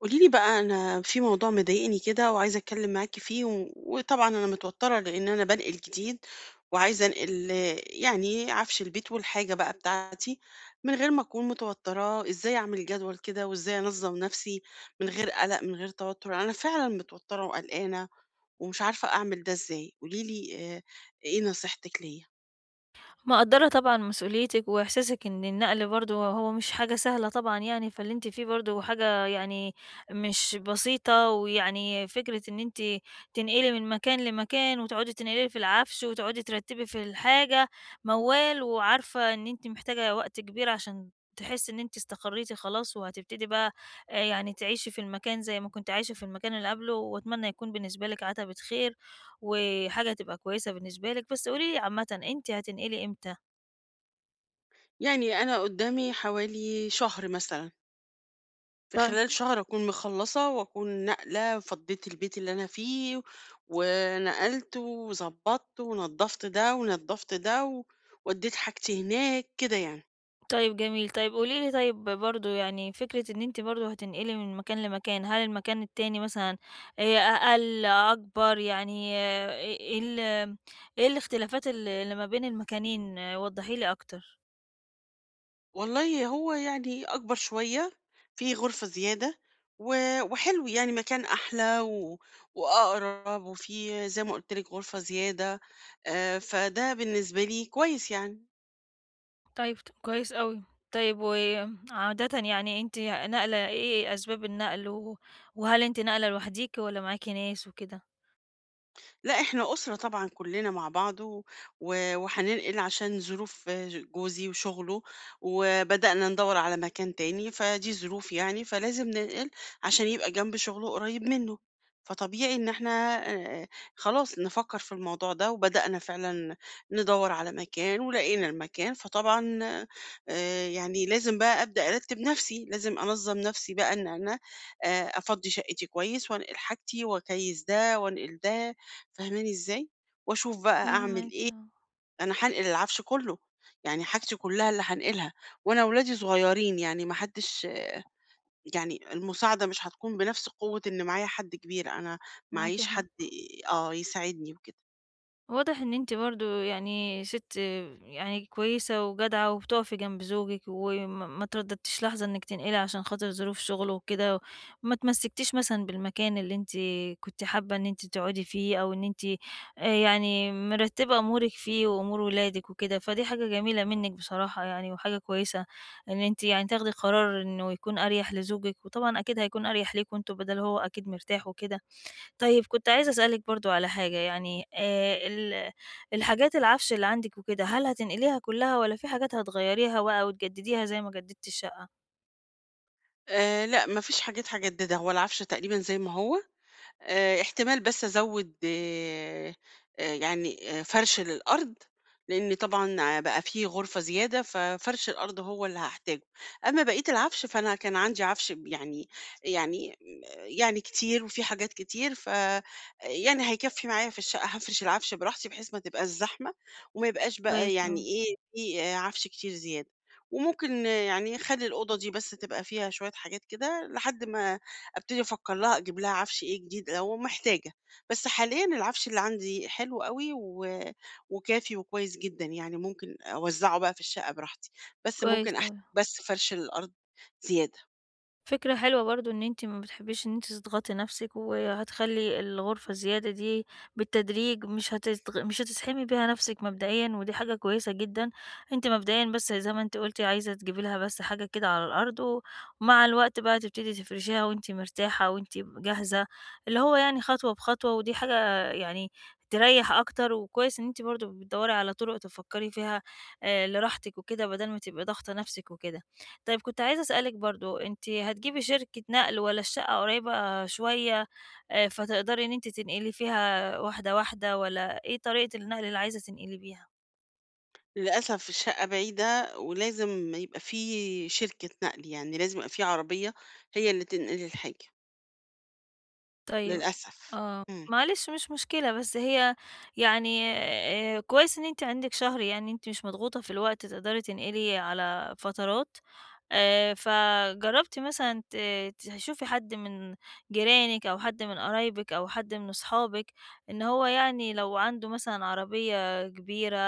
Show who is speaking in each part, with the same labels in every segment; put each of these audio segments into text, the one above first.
Speaker 1: قولي لي بقى، أنا في موضوع مضايقني كده وعايزة أتكلم معاكِ فيه، و وطبعًا أنا متوترة لإن أنا بانقل جديد، وعايزة أنقل يعني عفش البيت والحاجة بقى بتاعتي من غير ما أكون متوترة. إزاي أعمل جدول كده وإزاي أنظم نفسي من غير قلق، من غير توتر؟ أنا فعلًا متوترة وقلقانة ومش عارفة أعمل ده إزاي. قولي لي إيه نصيحتك ليّا؟
Speaker 2: مقدرة طبعًا مسؤوليتِك وإحساسِك إن النقل برضه هو مش حاجة سهلة طبعًا يعني، فاللي أنتِ فيه برضه حاجة يعني مش بسيطة، ويعني فكرة إن أنتِ تنقلي من مكان لمكان، وتقعدي تنقلي في العفش، وتقعدي ترتبي في الحاجة، موال، وعارفة إن أنتِ محتاجة وقت كبير عشان تحسي إن أنتِ استقريتِ خلاص، وهتبتدي بقى يعني تعيشي في المكان زي ما كنتِ عايشة في المكان اللي قبله، وأتمنى يكون بالنسبة لِك عتبة خير، وحاجة تبقى كويسة بالنسبة لِك. بس قولي لي عامةً أنتِ هتنقلي إمتى؟
Speaker 1: يعني أنا قدامي حوالي شهر مثلًا. في
Speaker 2: طيب،
Speaker 1: خلال شهر أكون مخلّصة وأكون ناقلة، فضّيت البيت اللي أنا فيه ونقلت وضبّطت ونضّفت ده ونضّفت ده ودّيت حاجتي هناك كده يعني.
Speaker 2: طيب جميل. طيب قولي لي طيب برضه يعني فكرة إن أنتِ برضه هتنقلي من مكان لمكان، هل المكان التاني مثلًا أقل، أكبر، يعني إيه إيه الاختلافات اللي ما بين المكانين؟ وضّحي لي أكتر.
Speaker 1: والله هو يعني أكبر شوية، فيه غرفة زيادة، و وحلو يعني، مكان أحلى و وأقرب، وفيه زي ما قُلت لِك غرفة زيادة. فده بالنسبة لي كويس يعني.
Speaker 2: طيب كويس أوي. طيب وعادةً يعني أنتِ ناقلة إيه أسباب النقل وهل أنتِ ناقلة لوحديكِ والّا معاكِ ناس وكده؟
Speaker 1: لأ، إحنا أسرة طبعًا كلّنا مع بعض، و وهننقل عشان ظروف جوزي وشغله، وبدأنا ندوّر على مكان تاني، فدي ظروف يعني، فلازم ننقل عشان يبقى جنب شغله قريب منه. فطبيعي إن إحنا آآ خلاص نفكّر في الموضوع ده، وبدأنا فعلًا ندوّر على مكان ولقينا المكان. فطبعًا يعني لازم بقى أبدأ أرتّب نَفْسي، لازم أنظّم نَفْسي بقى، إن أنا أفضّي شقتي كويس وأنقل حاجتي وأكيّس ده وأنقل ده. فاهماني إزاي؟ وأشوف بقى أعمل
Speaker 2: فاهماكِ
Speaker 1: إيه.
Speaker 2: آه،
Speaker 1: أنا هانقل العفش كله، يعني حاجتي كلها اللي هانقلها، وأنا ولادي صغيرين يعني، ما حدش، يعني المساعدة مش هتكون بنفس قوة إن معايا حد كبير. أنا
Speaker 2: معاكِ
Speaker 1: معييش
Speaker 2: حق.
Speaker 1: حد آه يساعدني وكده.
Speaker 2: واضح إن أنتِ برضه يعني سِت يعني كويسة وجدعة وبتقفي جنب زوجِك، وما ما ترددتيش لحظة إنِّك تنقلي عشان خاطر ظروف شغله وكده، وما اتمسكتيش مثلًا بالمكان اللي أنتِ كنتِ حابة إن أنتِ تقعدي فيه، أو إن أنتِ يعني مرتبة أمورِك فيه وأمور ولادِك وكده، فدي حاجة جميلة منِّك بصراحة يعني، وحاجة كويسة إن أنتِ يعني تاخدي قرار إنه يكون أريح لزوجِك، وطبعًا أكيد هيكون أريح ليكم أنتم بدل هو أكيد مرتاح وكده. طيب كنت عايزة أسألِك برضه على حاجة، يعني الحاجات العفش اللي عندِك وكده، هل هتنقليها كلّها والّا في حاجات هتغيّريها بقى وتجدّديها زي ما جدّدتِ الشقة؟
Speaker 1: لأ، ما فيش حاجات هاجددها، هو العفش تقريبًا زي ما هو. احتمال بس أزوّد يعني فَرْش للأرض، لإن طبعًا بقى في غرفة زيادة، ففَرش الأرض هو اللي هاحتاجه. أمّا بقية العَفش فأنا كان عندي عَفش ب يعني يعني م يعني كتير، وفي حاجات كتير، ف يعني هيكفّي معايا في الشقة. هافرش العَفش براحتي بحيث ما تبقاش زحمة وما يبقاش
Speaker 2: كويس
Speaker 1: بقى يعني
Speaker 2: أوي،
Speaker 1: إيه، في آه، عَفش كتير زيادة. وممكن آه، يعني خلّي الأوضة دي بس تبقى فيها شوية حاجات كده لحد ما أبتدي أفكّر لها أجيب لها عَفش إيه جديد لو محتاجة. بس حاليًا العَفش اللي عندي حلو أوي وكافي وكويس جدًا، يعني ممكن أوزّعه بقى في الشقة براحتي، بس
Speaker 2: كويس
Speaker 1: ممكن أحتاج
Speaker 2: أوي.
Speaker 1: بس فَرش للأرض زيادة.
Speaker 2: فكرة حلوة برضه إن أنتِ ما بتحبيش إن أنتِ تضغطي نفسِك، وهتخلّي الغرفة الزيادة دي بالتدريج مش هتزحمي بيها نفسِك مبدئيًا، ودي حاجة كويسة جدًا. أنتِ مبدئيًا بس زي ما أنتِ قُلتِ عايزة تجيبي لها بس حاجة كده على الأرض، ومع الوقت بقى تبتدي تفرشيها وأنتِ مرتاحة وأنتِ جاهزة، اللي هو يعني خطوة بخطوة، ودي حاجة يعني تريّح أكتر، وكويس إن أنتِ برضه بتدوّري على طُرق تفكّري فيها لراحتِك وكده بدل ما تبقي ضاغطة نفسِك وكده. طيب كنت عايزة أسألِك برضه، أنتِ هتجيبي شركة نقل والّا الشقة قريبة شوية فتقدري إن أنتِ تنقلي فيها واحدة، واحدة والّا إيه طريقة النقل اللي عايزة تنقلي بيها؟
Speaker 1: للأسف الشقة بعيدة ولازم يبقى في شركة نقل، يعني لازم يبقى في عربية هي اللي تنقل الحاجة،
Speaker 2: طيب،
Speaker 1: للأسف.
Speaker 2: آه،
Speaker 1: إمم.
Speaker 2: معلش مش مشكلة، بس هي يعني كويس إن أنتِ عندِك شهر يعني أنتِ مش مضغوطة في الوقت تقدري تنقلي على فترات، فجربتِ مثلًا تشوفي حد من جيرانِك أو حد من قرايبِك أو حد من أصحابِك، إن هو يعني لو عنده مثلًا عربية كبيرة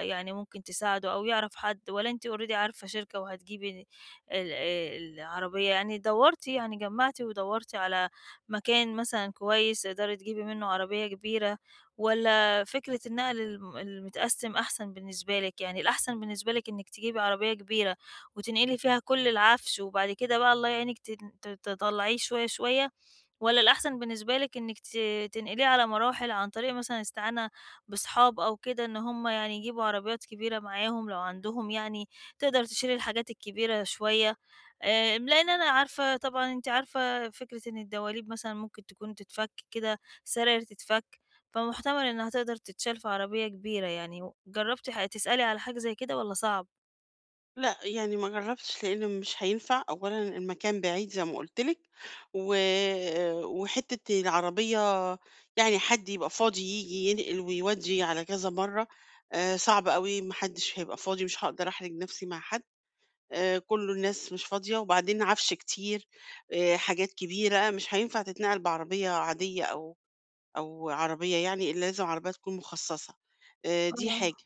Speaker 2: يعني ممكن تساعده أو يعرف حد، والّا أنتِ already عارفة شركة وهتجيبي ال العربية؟ يعني دوّرتِ يعني جمعتِ ودوّرتِ على مكان مثلًا كويس تقدري تجيبي منه عربية كبيرة، والّا فكرة النقل المتقسم أحسن بالنسبة لِك؟ يعني الأحسن بالنسبة لِك إنِّك تجيبي عربية كبيرة وتنقلي فيها كل العفش، وبعد كده بقى الله يعينِك تن ت تطلعيه شوية شوية، والّا الأحسن بالنسبة لِك إنِّك تنقليه على مراحل عن طريق مثلًا استعانة بصحاب أو كده إن هم يعني يجيبوا عربيات كبيرة معاهم لو عندهم يعني، تقدر تشيل الحاجات الكبيرة شوية؟ لإن أنا عارفة طبعًا أنتِ عارفة فكرة إن الدواليب مثلًا ممكن تكون تتفك كده، السراير تتفك، فمحتمل إنها تقدر تتشال في عربية كبيرة يعني، و جربتِ ح تسألي على حاجة زي كده والّا صعب؟
Speaker 1: لأ، يعني ما جرّبتش لإن مش هينفع. أولًا المكان بعيد زي ما قُلت لِك، و وحتّة العربية، يعني حد يبقى فاضي ييجي ينقل ويودّي على كذا مرّة، صعب أوي، ما حدش هيبقى فاضي، مش هاقدر أحرج نَفْسي مع حد. كُلّه الناس مش فاضية. وبعدين عَفْش كتير، حاجات كبيرة، مش هينفع تتنقل بعربية عادية أو عربية يعني، إلا لازم عربية تكون مخصّصة. دي
Speaker 2: آه،
Speaker 1: حاجة.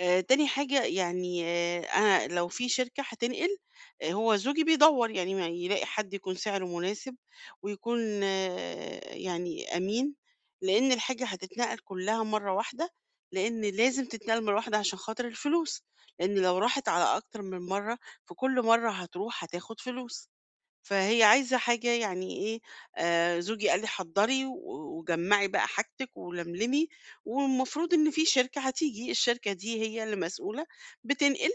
Speaker 1: تاني حاجة يعني، أنا لو في شركة هتنقل، هو زوجي بيدوّر يعني ما يلاقي حد يكون سعره مناسب ويكون آه، يعني أمين، لإن الحاجة هتتنقل كلّها مرّة واحدة، لإن لازم تتنقل مرّة واحدة عشان خاطر الفلوس، لإن لو راحت على أكتر من مرّة، فكل مرّة هتروح هتاخد فلوس. فهي عايزة حاجة يعني إيه. زوجي قال لي حضّري وجمّعي بقى حاجتِك ولملمي، والمفروض إن في شركة هتيجي، الشركة دي هي اللي مسؤولة بتنقل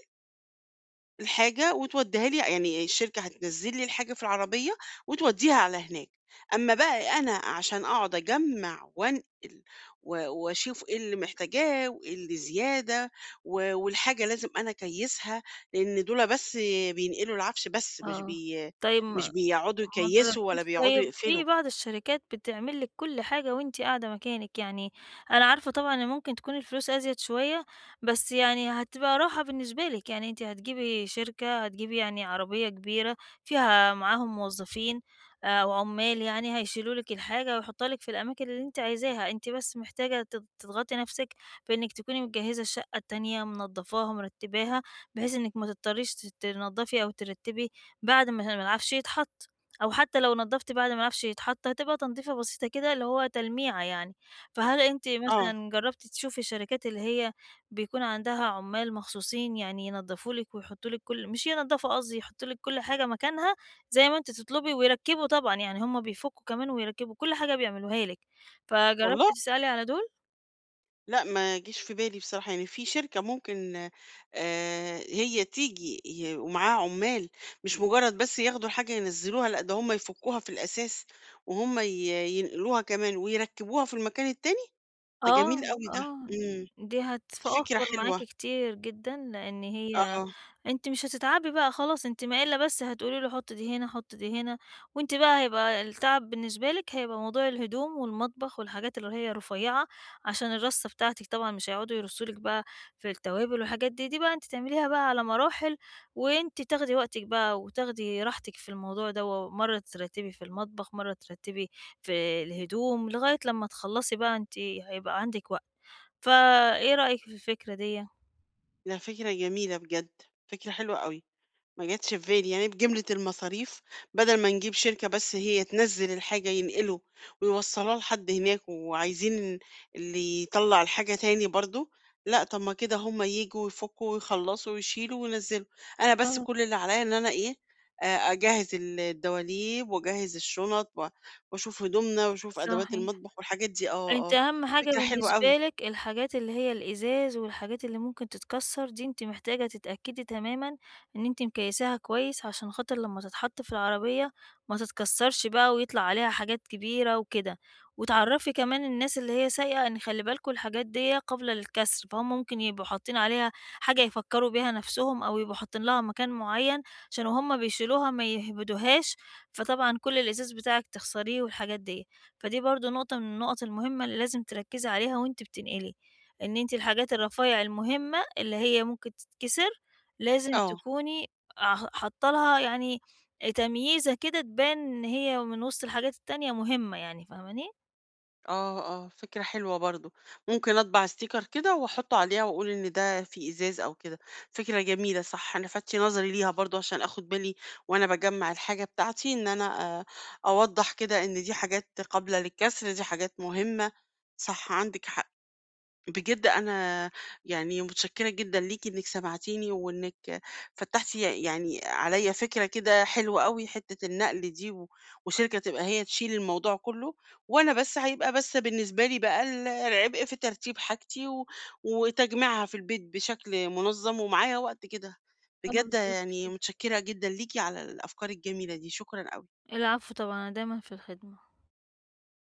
Speaker 1: الحاجة وتودّيها لي، يعني الشركة هتنزّل لي الحاجة في العربية وتودّيها على هناك. أمّا بقى أنا عشان أقعد أجمّع وانقل و واشوف إيه اللي محتاجاه وإيه اللي زيادة، والحاجة لازم أنا أكيّسها، لإن دول بس بينقلوا العفش بس،
Speaker 2: آه. طيب
Speaker 1: مش بيقعدوا
Speaker 2: ما
Speaker 1: يكيّسوا
Speaker 2: جربتيش
Speaker 1: ولا بيقعدوا
Speaker 2: طيب؟
Speaker 1: يقفلوا.
Speaker 2: في بعض الشركات بتعمل لِك كل حاجة وأنتِ قاعدة مكانِك، يعني أنا عارفة طبعًا إن ممكن تكون الفلوس أزيد شوية، بس يعني هتبقى راحة بالنسبة لِك، يعني أنتِ هتجيبي شركة، هتجيبي يعني عربية كبيرة فيها معاهم موظفين أو عمال يعني هيشيلوا لِك الحاجة ويحطوها لِك في الأماكن اللي أنتِ عايزاها، أنتِ بس محتاجة تضغطي نفسِك بإنِك تكوني مجهزة الشقة التانية، منضفاها، مرتباها، بحيث إنِك ما تضطريش تنضفي أو ترتبي بعد ما العفش يتحط. أو حتى لو نضّفت بعد ما العفش يتحط، هتبقى تنضيفة بسيطة كده اللي هو تلميعة يعني. فهل أنتِ
Speaker 1: آه.
Speaker 2: مثلًا جرّبتِ تشوفي الشركات اللي هي بيكون عندها عُمّال مخصوصين يعني ينضّفوا قصدي، يحطّوا لِك كل حاجة مكانها زي ما أنتِ تطلبي ويركّبوا طبعًا، يعني هم بيفُكّوا كمان ويركّبوا، كل حاجة بيعملوها لك. فجرّبتِ
Speaker 1: والله!
Speaker 2: تسألي على دول؟
Speaker 1: لأ، ما جيش في بالي بصراحة. يعني في شركة ممكن هي تيجي ومعاها عُمّال، مش مجرّد بس ياخدوا الحاجة ينزّلوها، لأ، ده هُم يفُكّوها في الأساس وهُم ينقلوها كمان ويركّبوها في المكان التاني. ده جميل أوي ده.
Speaker 2: آه،
Speaker 1: إمم.
Speaker 2: دي
Speaker 1: دي فكرة
Speaker 2: هتوفّر معاكِ
Speaker 1: حلوة،
Speaker 2: كتير جدًا، لإن هي
Speaker 1: آه.
Speaker 2: أنتِ مش هتتعبي بقى خلاص، أنتِ ما إلا بس هتقولي له حُط دي هنا، حُط دي هنا، وأنتِ بقى هيبقى التعب بالنسبة لِك هيبقى موضوع الهدوم والمطبخ والحاجات اللي هي رفيّعة، عشان الرصّة بتاعتِك طبعًا مش هيقعدوا يرصّوا لِك بقى في التوابل والحاجات دي، دي بقى أنتِ تعمليها بقى على مراحل، وأنتِ تاخدي وقتِك بقى وتاخدي راحتِك في الموضوع دوّة، مرّة ترتّبي في المطبخ، مرّة ترتّبي في الهدوم لغاية لمّا تخلّصي بقى أنتِ هيبقى عندِك وقت، فإيه رأيِك في الفكرة ديّة؟
Speaker 1: ده فكرة جميلة بجد، فكرة حلوة أوي. ما جاتش في بالي، يعني بجملة المصاريف بدل ما نجيب شركة بس هي تنزّل الحاجة ينقلوا ويوصّلوها لحد هناك وعايزين اللي يطلّع الحاجة تاني برضه، لأ طب ما كده هم ييجوا ويفكوا ويخلّصوا ويشيلوا وينزّلوا. أنا بس
Speaker 2: آه،
Speaker 1: كل اللي عليّا إن أنا إيه، أ أجهّز الدواليب وأجهّز الشُنط وأشوف هدومنا وأشوف أدوات
Speaker 2: صحيح.
Speaker 1: المطبخ والحاجات دي آه،
Speaker 2: أنتِ
Speaker 1: آه،
Speaker 2: أهم حاجة
Speaker 1: فكرة حلوة أوي،
Speaker 2: بالنسبة لِك الحاجات اللي هي الإزاز والحاجات اللي ممكن تتكسر دي، أنتِ محتاجة تتأكدي تمامًا إن أنتِ مكيّساها كويس، عشان خاطر لمّا تتحط في العربية ما تتكسرش بقى ويطلع عليها حاجات كبيرة وكده، وتعرّفي كمان الناس اللي هي سايقة إن خلّي بالكم الحاجات ديّة قابلة للكسر، فهُم ممكن يبقوا حاطين عليها حاجة يفكّروا بيها نَفْسهم أو يبقوا حاطين لها مكان معيّن، عشان وهُم بيشيلوها ما يهبدوهاش، فطبعًا كل الإزاز بتاعِك تخسريه والحاجات ديّة. فدي برضه نقطة من النقط المهمة اللي لازم تركّزي عليها وأنتِ بتنقلي، إن أنتِ الحاجات الرفايع المهمة اللي هي ممكن تتكسر، لازم
Speaker 1: آه.
Speaker 2: تكوني ع حاطة لها يعني تمييزة كده تبان إن هي من وسط الحاجات التانية مهمة يعني، فاهماني؟
Speaker 1: آه، آه، فكرة حلوة برضه. ممكن أطبع sticker كده وأحطه عليها وأقول إن ده فيه إزاز أو كده. فكرة جميلة، صح، أنا فاتتي نظري ليها برضه، عشان آخد بالي وأنا باجمّع الحاجة بتاعتي إن أنا أوضّح كده إن دي حاجات قابلة للكسر، دي حاجات مهمة. صح، عندِك حق. بجد أنا يعني متشكرة جدًا ليكِ إنِّك سمعتيني، وإنِّك فتّحتِ يعني عليَّ فكرة كده حلوة أوي، حتّة النقل دي وشركة تبقى هي تشيل الموضوع كلّه، وأنا بس هيبقى بس بالنسبة لي بقى العبء في ترتيب حاجتي وتجميعها في البيت بشكل منظَّم، ومعايا وقت كده.
Speaker 2: آه،
Speaker 1: بجد
Speaker 2: بالضبط
Speaker 1: يعني
Speaker 2: كده.
Speaker 1: متشكرة جدًا ليكِ على الأفكار الجميلة دي، شكرًا أوي.
Speaker 2: العفو طبعًا، أنا دايمًا في الخدمة.